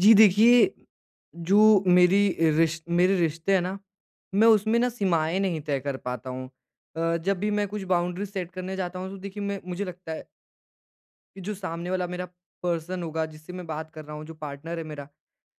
जी देखिए, जो मेरी रिश मेरे रिश्ते हैं ना, मैं उसमें ना सीमाएँ नहीं तय कर पाता हूँ। जब भी मैं कुछ बाउंड्री सेट करने जाता हूँ तो देखिए मैं मुझे लगता है कि जो सामने वाला मेरा पर्सन होगा जिससे मैं बात कर रहा हूँ, जो पार्टनर है मेरा,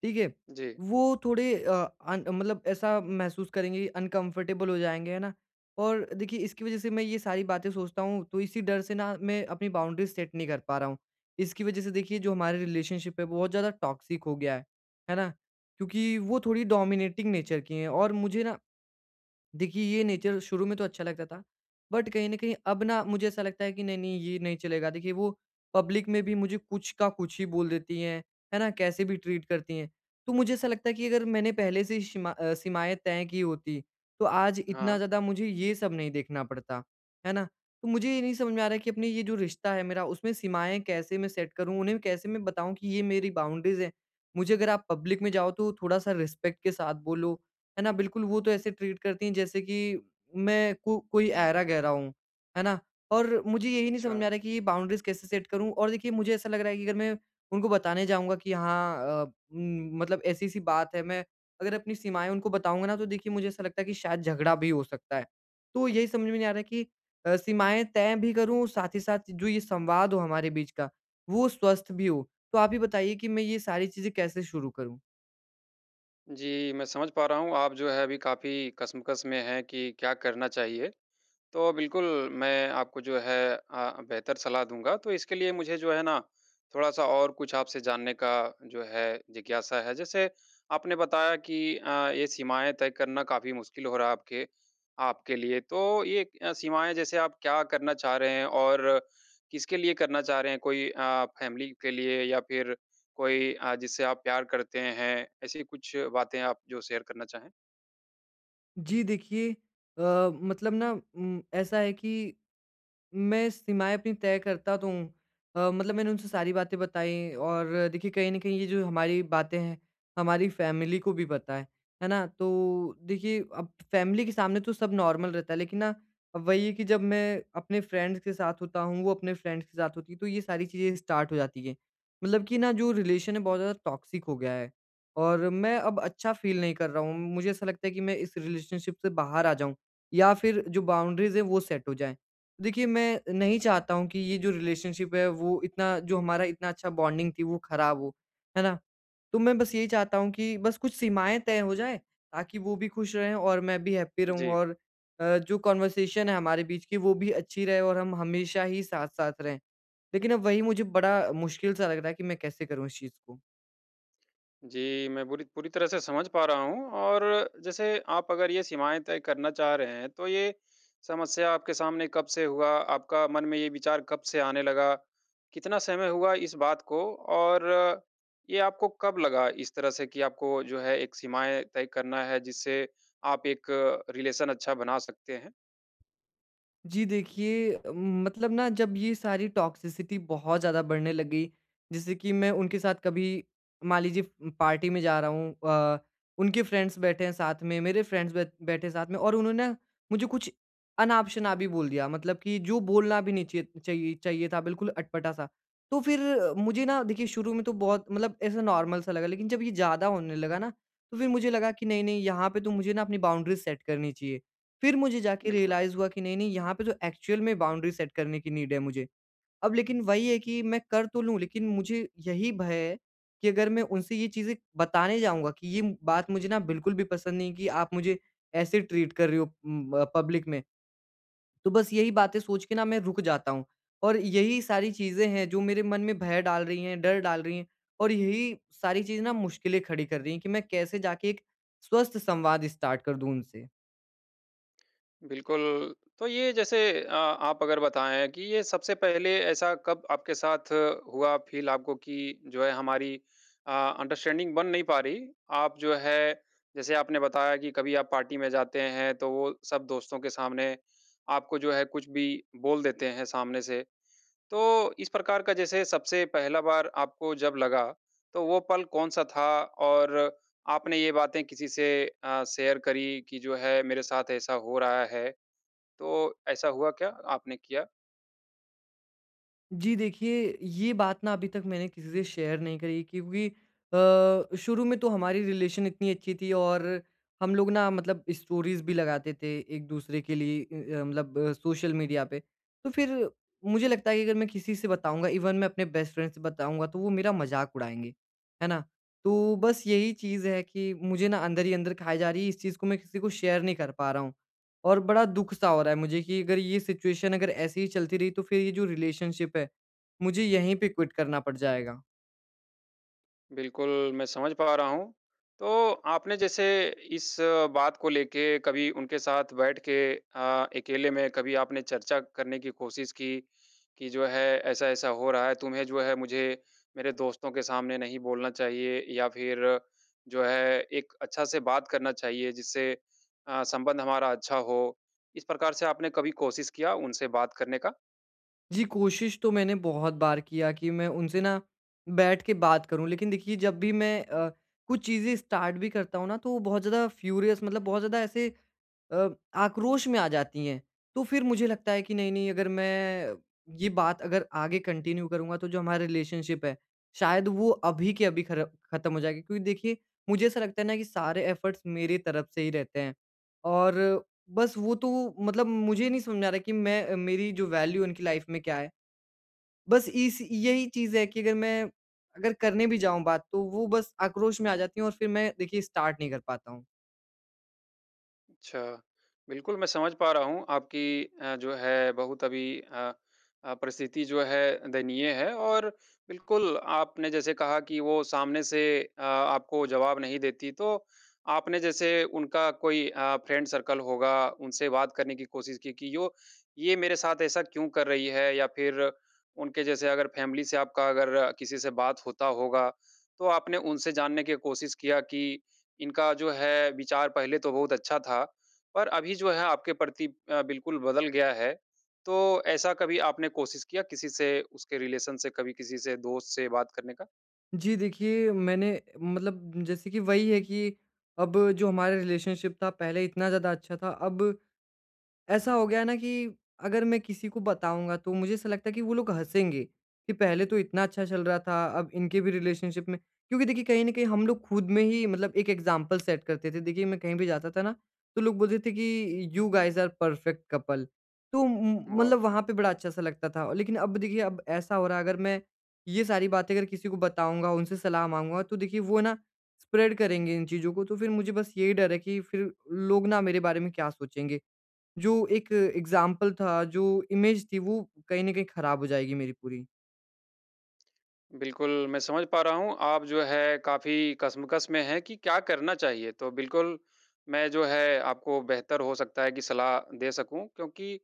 ठीक है? जी, वो थोड़े अ, अन मतलब ऐसा महसूस करेंगे, अनकम्फ़र्टेबल हो जाएँगे, है ना? और देखिए इसकी वज़ह से मैं ये सारी बातें सोचता हूँ, तो इसी डर से ना मैं अपनी बाउंड्री सेट नहीं कर पा रहा हूँ। इसकी वज़ह से देखिए जो हमारे रिलेशनशिप है वो बहुत ज़्यादा टॉक्सिक हो गया है ना? क्योंकि वो थोड़ी डोमिनेटिंग नेचर की हैं, और मुझे ना, देखिए, ये नेचर शुरू में तो अच्छा लगता था, बट कहीं न कहीं अब ना मुझे ऐसा लगता है कि नहीं-नहीं, ये नहीं चलेगा। देखिए वो पब्लिक में भी मुझे कुछ का कुछ ही बोल देती हैं, है ना? कैसे भी ट्रीट करती हैं। तो मुझे ऐसा लगता है कि अगर मैंने पहले से ही सीमाएँ तय की होती, तो आज इतना हाँ, ज़्यादा मुझे ये सब नहीं देखना पड़ता, है ना? तो मुझे ये नहीं समझ में आ रहा है कि अपने ये जो रिश्ता है मेरा, उसमें सीमाएँ कैसे मैं सेट करूँ? उन्हें कैसे मैं बताऊँ कि ये मेरी बाउंड्रीज़ हैं? मुझे, अगर आप पब्लिक में जाओ तो थोड़ा-सा रिस्पेक्ट के साथ बोलो, है ना? बिल्कुल, वो तो ऐसे ट्रीट करती हैं जैसे कि मैं को कोई ऐरा-गैरा हूँ, है ना? और मुझे यही नहीं समझ अच्छा। में आ रहा है कि ये बाउंड्रीज़ कैसे सेट करूँ? और देखिए मुझे ऐसा लग रहा है कि अगर मैं उनको बताने जाऊँगा कि हाँ, मतलब ऐसी-ऐसी बात है, मैं अगर अपनी सीमाएँ उनको बताऊँगा ना, तो देखिए मुझे ऐसा लगता है कि शायद झगड़ा भी हो सकता है। तो यही समझ में नहीं आ रहा है कि सीमाएँ तय भी करूँ, साथ ही साथ जो ये संवाद हो हमारे बीच का, वो स्वस्थ भी हो। तो आप ही बताइए कि मैं ये सारी चीज़ें कैसे शुरू करूँ? जी, मैं समझ पा रहा हूँ आप जो है अभी काफ़ी कशमकश में हैं कि क्या करना चाहिए। तो बिल्कुल, मैं आपको जो है बेहतर सलाह दूँगा, तो इसके लिए मुझे जो है ना, थोड़ा-सा और कुछ आपसे जानने का जो है जिज्ञासा है। जैसे आपने बताया कि ये सीमाएँ तय करना काफ़ी मुश्किल हो रहा है आपके आपके लिए, तो ये सीमाएँ जैसे आप क्या करना चाह रहे हैं और किसके लिए करना चाह रहे हैं? कोई फैमिली के लिए या फिर कोई जिससे आप प्यार करते हैं, ऐसी कुछ बातें आप जो शेयर करना चाहें? जी देखिए, मतलब ना, ऐसा है कि मैं सीमाएँ अपनी तय करता तो हूँ। मतलब मैंने उनसे सारी बातें बताई, और देखिए कहीं न कहीं ये जो हमारी बातें हैं, हमारी फैमिली को भी पता है ना? तो देखिए अब फैमिली के सामने तो सब नॉर्मल रहता है, लेकिन ना अब वही है कि जब मैं अपने फ्रेंड्स के साथ होता हूँ, वो अपने फ्रेंड्स के साथ होती है, तो ये सारी चीज़ें स्टार्ट हो जाती हैं। मतलब कि ना जो रिलेशन है बहुत ज़्यादा टॉक्सिक हो गया है, और मैं अब अच्छा फ़ील नहीं कर रहा हूँ। मुझे ऐसा लगता है कि मैं इस रिलेशनशिप से बाहर आ जाऊँ, या फिर जो बाउंड्रीज़ हैं वो सेट हो जाएँ। देखिए, मैं नहीं चाहता हूँ कि ये जो रिलेशनशिप है वो इतना, जो हमारा इतना अच्छा बॉन्डिंग थी वो ख़राब हो, है ना? तो मैं बस यही चाहता हूँ कि बस कुछ सीमाएँ तय हो जाएँ ताकि वो भी खुश रहें और मैं भी हैप्पी रहूँ, जी। और जो कन्वर्सेशन है हमारे बीच की वो भी अच्छी रहे, और हम हमेशा ही साथ-साथ रहें। लेकिन अब वही मुझे बड़ा मुश्किल सा लग रहा है कि मैं कैसे करूँ इस चीज़ को? जी, मैं बुरी पूरी तरह से समझ पा रहा हूँ और जैसे आप अगर ये सीमाएँ तय करना चाह रहे हैं, तो ये समस्या आपके सामने कब से हुआ? आपका मन में ये विचार कब से आने लगा? कितना समय हुआ इस बात को? और ये आपको कब लगा इस तरह से कि आपको जो है एक सीमाएँ तय करना है जिससे आप एक रिलेशन अच्छा बना सकते हैं? जी देखिए, मतलब ना, जब ये सारी टॉक्सिसिटी बहुत ज़्यादा बढ़ने लगी, जैसे कि मैं उनके साथ कभी, मान लीजिए, पार्टी में जा रहा हूँ, उनके फ्रेंड्स बैठे हैं साथ में, मेरे फ्रेंड्स बै बैठे हैं साथ में, और उन्होंने मुझे कुछ अनाप-शनाप भी बोल दिया, मतलब कि जो बोलना भी नहीं चाहिए चाहिए चाहिए था, बिल्कुल अटपटा-सा। तो फिर मुझे ना, देखिए, शुरू में तो बहुत मतलब ऐसा नॉर्मल सा लगा, लेकिन जब ये ज़्यादा होने लगा ना, तो फिर मुझे लगा कि नहीं, नहीं, यहाँ पे तो मुझे ना अपनी बाउंड्रीज़ सेट करनी चाहिए। फिर मुझे जाके बिल्कुल। रियलाइज़ हुआ कि नहीं-नहीं, यहाँ पे तो एक्चुअल में बाउंड्री सेट करने की नीड है मुझे। अब लेकिन वही है कि मैं कर तो लूँ, लेकिन मुझे यही भय है कि अगर मैं उनसे ये चीज़ें बताने जाऊँगा कि ये बात मुझे ना बिल्कुल भी पसंद नहीं कि आप मुझे ऐसे ट्रीट कर रहे हो पब्लिक में। तो बस यही बातें सोच के ना मैं रुक जाता हूँ, और यही सारी चीज़ें हैं जो मेरे मन में भय डाल रही हैं, डर डाल रही हैं, और यही सारी चीज़ें ना मुश्किलें खड़ी कर रही हैं कि मैं कैसे जाके एक स्वस्थ संवाद स्टार्ट कर दूँ उनसे। बिल्कुल, तो ये जैसे आप अगर बताएँ कि ये सबसे पहले ऐसा कब आपके साथ हुआ फ़ील आपको कि जो है हमारी अंडरस्टैंडिंग बन नहीं पा रही। आप जो है जैसे आपने बताया कि कभी आप पार्टी में जाते हैं तो वो सब दोस्तों के सामने आपको जो है कुछ भी बोल देते हैं सामने से। तो इस प्रकार का जैसे सबसे पहला बार आपको जब लगा तो वो पल कौन-सा था और आपने ये बातें किसी से शेयर करी कि जो है मेरे साथ ऐसा हो रहा है तो ऐसा हुआ क्या? आपने किया? जी देखिए, ये बात ना अभी तक मैंने किसी से शेयर नहीं करी, क्योंकि शुरू में तो हमारी रिलेशन इतनी अच्छी थी, और हम लोग ना मतलब स्टोरीज़ भी लगाते थे एक-दूसरे के लिए, मतलब सोशल मीडिया पे। तो फिर मुझे लगता है कि अगर मैं किसी से बताऊँगा, इवन मैं अपने बेस्ट फ्रेंड से बताऊँगा, तो वो मेरा मज़ाक उड़ाएँगे, है ना? तो बस यही चीज़ है कि मुझे ना अंदर ही अंदर खाए जा रही है, इस चीज़ को मैं किसी को शेयर नहीं कर पा रहा हूँ। और बड़ा दुख सा हो रहा है मुझे कि अगर ये सिचुएशन अगर ऐसे ही चलती रही तो फिर ये जो रिलेशनशिप है, मुझे यहीं पे क्विट करना पड़ जाएगा। बिल्कुल, मैं समझ पा रहा हूँ। तो आपने जैसे इस बात को लेके कभी उनके साथ बैठ के अकेले में कभी आपने चर्चा करने की कोशिश की, कि जो है ऐसा-ऐसा हो रहा है, तुम्हें जो है मुझे मेरे दोस्तों के सामने नहीं बोलना चाहिए या फिर जो है एक अच्छा से बात करना चाहिए जिससे संबंध हमारा अच्छा हो। इस प्रकार से आपने कभी कोशिश किया उनसे बात करने का? जी, कोशिश तो मैंने बहुत बार किया कि मैं उनसे ना बैठ के बात करूँ, लेकिन देखिए जब भी मैं कुछ चीज़ें स्टार्ट भी करता हूँ ना, तो वो बहुत ज़्यादा फ्यूरियस, मतलब बहुत ज़्यादा ऐसे अ, आक्रोश में आ जाती हैं। तो फिर मुझे लगता है कि नहीं-नहीं, अगर मैं ये बात अगर आगे कंटिन्यू करूँगा तो जो हमारा रिलेशनशिप है, शायद वो अभी के अभी खर खत्म हो जाएगी। क्योंकि देखिए मुझे ऐसा लगता है ना कि सारे एफर्ट्स मेरी तरफ से ही रहते हैं, और बस वो तो, मतलब मुझे नहीं समझ में आ रहा कि मैं, मेरी जो वैल्यू उनकी लाइफ में क्या है। बस इस यही चीज़ है कि अगर मैं, अगर करने भी जाऊँ बात तो वो बस आक्रोश में आ जाती हैं, और फिर मैं देखिए स्टार्ट नहीं कर पाता हूँ। अच्छा, बिल्कुल मैं समझ पा रहा हूँ आपकी जो है बहुत अभी परिस्थिति जो है दयनीय है और बिल्कुल आपने जैसे कहा कि वो सामने से आपको जवाब नहीं देती, तो आपने जैसे उनका कोई फ्रेंड सर्कल होगा, उनसे बात करने की कोशिश की कि यो ये मेरे साथ ऐसा क्यों कर रही है? या फिर उनके जैसे अगर फैमिली से आपका अगर किसी से बात होता होगा, तो आपने उनसे जानने की कोशिश किया कि इनका जो है विचार पहले तो बहुत अच्छा था पर अभी जो है आपके प्रति बिल्कुल बदल गया है। तो ऐसा कभी आपने कोशिश किया किसी से उसके रिलेशन से, कभी किसी से दोस्त से बात करने का? जी, देखिए मैंने, मतलब जैसे कि वही है कि अब जो हमारा रिलेशनशिप था पहले इतना ज़्यादा अच्छा था, अब ऐसा हो गया ना कि अगर मैं किसी को बताऊँगा तो मुझे ऐसा लगता है कि वो लोग हँसेंगे, कि पहले तो इतना अच्छा चल रहा था, अब इनके भी रिलेशनशिप में, क्योंकि देखिए कहीं न कहीं हम लोग खुद में ही, मतलब, एक एग्ज़ाम्पल सेट करते थे। देखिए मैं कहीं भी जाता था ना, तो लोग बोलते थे कि you guys are perfect couple, तो म वाह! मतलब वहाँ पे बड़ा अच्छा-सा लगता था। और लेकिन अब देखिए अब ऐसा हो रहा है, अगर मैं ये सारी बातें अगर किसी को बताऊँगा, उनसे सलाह माँगूँगा, तो देखिए वो ना स्प्रेड करेंगे इन चीज़ों को, तो फिर मुझे बस यही डर है कि फिर लोग ना मेरे बारे में क्या सोचेंगे? जो एक एग्ज़ाम्पल था, जो इमेज थी वो कहीं न कहीं खराब हो जाएगी मेरी पूरी। बिल्कुल, मैं समझ पा रहा हूँ, आप जो है काफ़ी कशमकश में हैं कि क्या करना चाहिए। तो बिल्कुल, मैं जो है आपको बेहतर हो सकता है कि सलाह दे सकूँ क्योंकि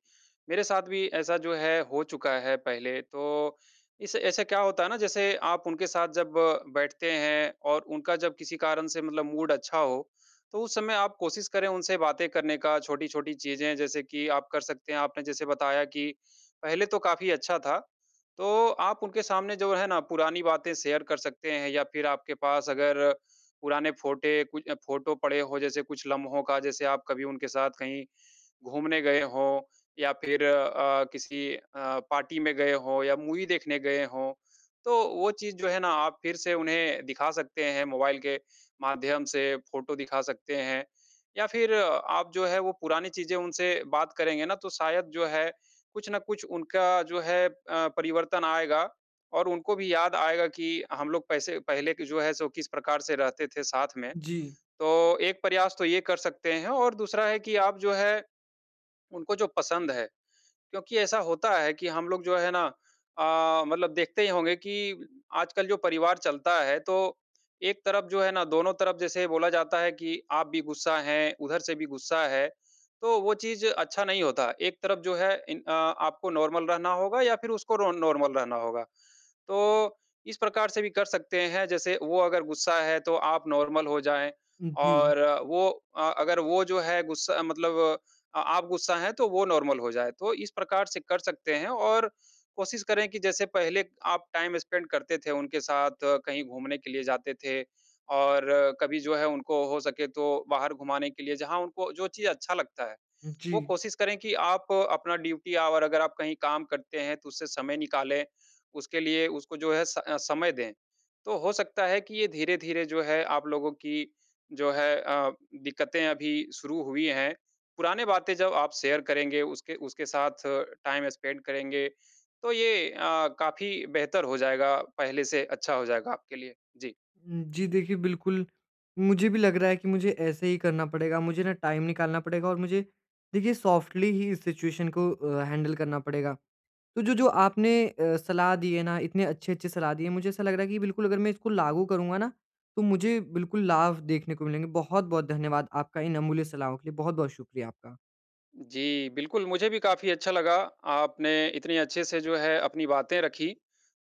मेरे साथ भी ऐसा जो है हो चुका है पहले। तो इस ऐसे क्या होता है ना जैसे आप उनके साथ जब बैठते हैं और उनका जब किसी कारण से मतलब मूड अच्छा हो, तो उस समय आप कोशिश करें उनसे बातें करने का, छोटी-छोटी चीज़ें जैसे कि आप कर सकते हैं। आपने जैसे बताया कि पहले तो काफ़ी अच्छा था तो आप उनके सामने जो है ना पुरानी बातें शेयर कर सकते हैं या फिर आपके पास अगर पुराने फोटे कुछ फोटो पड़े हो जैसे कुछ लम्हों का जैसे आप कभी उनके साथ कहीं घूमने गए हों या फिर किसी पार्टी में गए हों या मूवी देखने गए हों, तो वो चीज़ जो है ना आप फिर से उन्हें दिखा सकते हैं मोबाइल के माध्यम से फोटो दिखा सकते हैं या फिर आप जो है वो पुरानी चीज़ें उनसे बात करेंगे ना तो शायद जो है कुछ न कुछ उनका जो है परिवर्तन आएगा और उनको भी याद आएगा कि हम लोग पैसे पहले के जो है सो किस प्रकार से रहते थे साथ में। जी। तो एक प्रयास तो ये कर सकते हैं और दूसरा है कि आप जो है उनको जो पसंद है, क्योंकि ऐसा होता है कि हम लोग जो है ना मतलब देखते ही होंगे कि आजकल जो परिवार चलता है तो एक तरफ जो है ना दोनों तरफ जैसे बोला जाता है कि आप भी गुस्सा हैं उधर से भी गुस्सा है, तो वो चीज़ अच्छा नहीं होता। एक तरफ जो है आपको नॉर्मल रहना होगा या फिर उसको नॉर्मल रहना होगा, तो इस प्रकार से भी कर सकते हैं जैसे वो अगर गुस्सा है तो आप नॉर्मल हो जाएं, जी, और वो अगर वो जो है गुस्सा मतलब आप गुस्सा हैं तो वो नॉर्मल हो जाए। तो इस प्रकार से कर सकते हैं और कोशिश करें कि जैसे पहले आप टाइम स्पेंड करते थे उनके साथ, कहीं घूमने के लिए जाते थे, और कभी जो है उनको हो सके तो बाहर घुमाने के लिए जहाँ उनको जो चीज़ अच्छा लगता है, जी। वो कोशिश करें कि आप अपना ड्यूटी आवर अगर आप कहीं काम करते हैं तो उससे समय निकालें, उसके लिए उसको जो है समय दें। तो हो सकता है कि ये धीरे-धीरे जो है आप लोगों की जो है दिक्कतें अभी शुरू हुई हैं, पुराने बातें जब आप शेयर करेंगे, उसके उसके साथ टाइम स्पेंड करेंगे, तो ये काफ़ी बेहतर हो जाएगा, पहले से अच्छा हो जाएगा आपके लिए। जी। जी देखिए, बिल्कुल मुझे भी लग रहा है कि मुझे ऐसे ही करना पड़ेगा। मुझे ना टाइम निकालना पड़ेगा, और मुझे, देखिए, सॉफ्टली ही इस सिचुएशन को हैंडल करना पड़ेगा। तो जो-जो आपने सलाह दी है ना, इतने अच्छे-अच्छे सलाह दी है, मुझे ऐसा लग रहा है कि बिल्कुल अगर मैं इसको लागू करूँगा ना, तो मुझे बिल्कुल लाभ देखने को मिलेंगे। बहुत-बहुत धन्यवाद आपका इन अमूल्य सलाहों के लिए। बहुत-बहुत शुक्रिया आपका। जी, बिल्कुल, मुझे भी काफ़ी अच्छा लगा, आपने इतने अच्छे से जो है अपनी बातें रखी।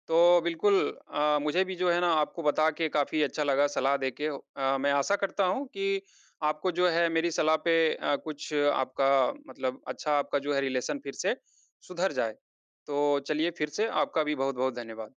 तो बिल्कुल मुझे भी जो है ना आपको बता के काफ़ी अच्छा लगा सलाह दे के। मैं आशा करता हूँ कि आपको जो है मेरी सलाह पे कुछ आपका मतलब अच्छा आपका जो है रिलेशन फिर से सुधर जाए। तो चलिए, फिर से आपका भी बहुत-बहुत धन्यवाद।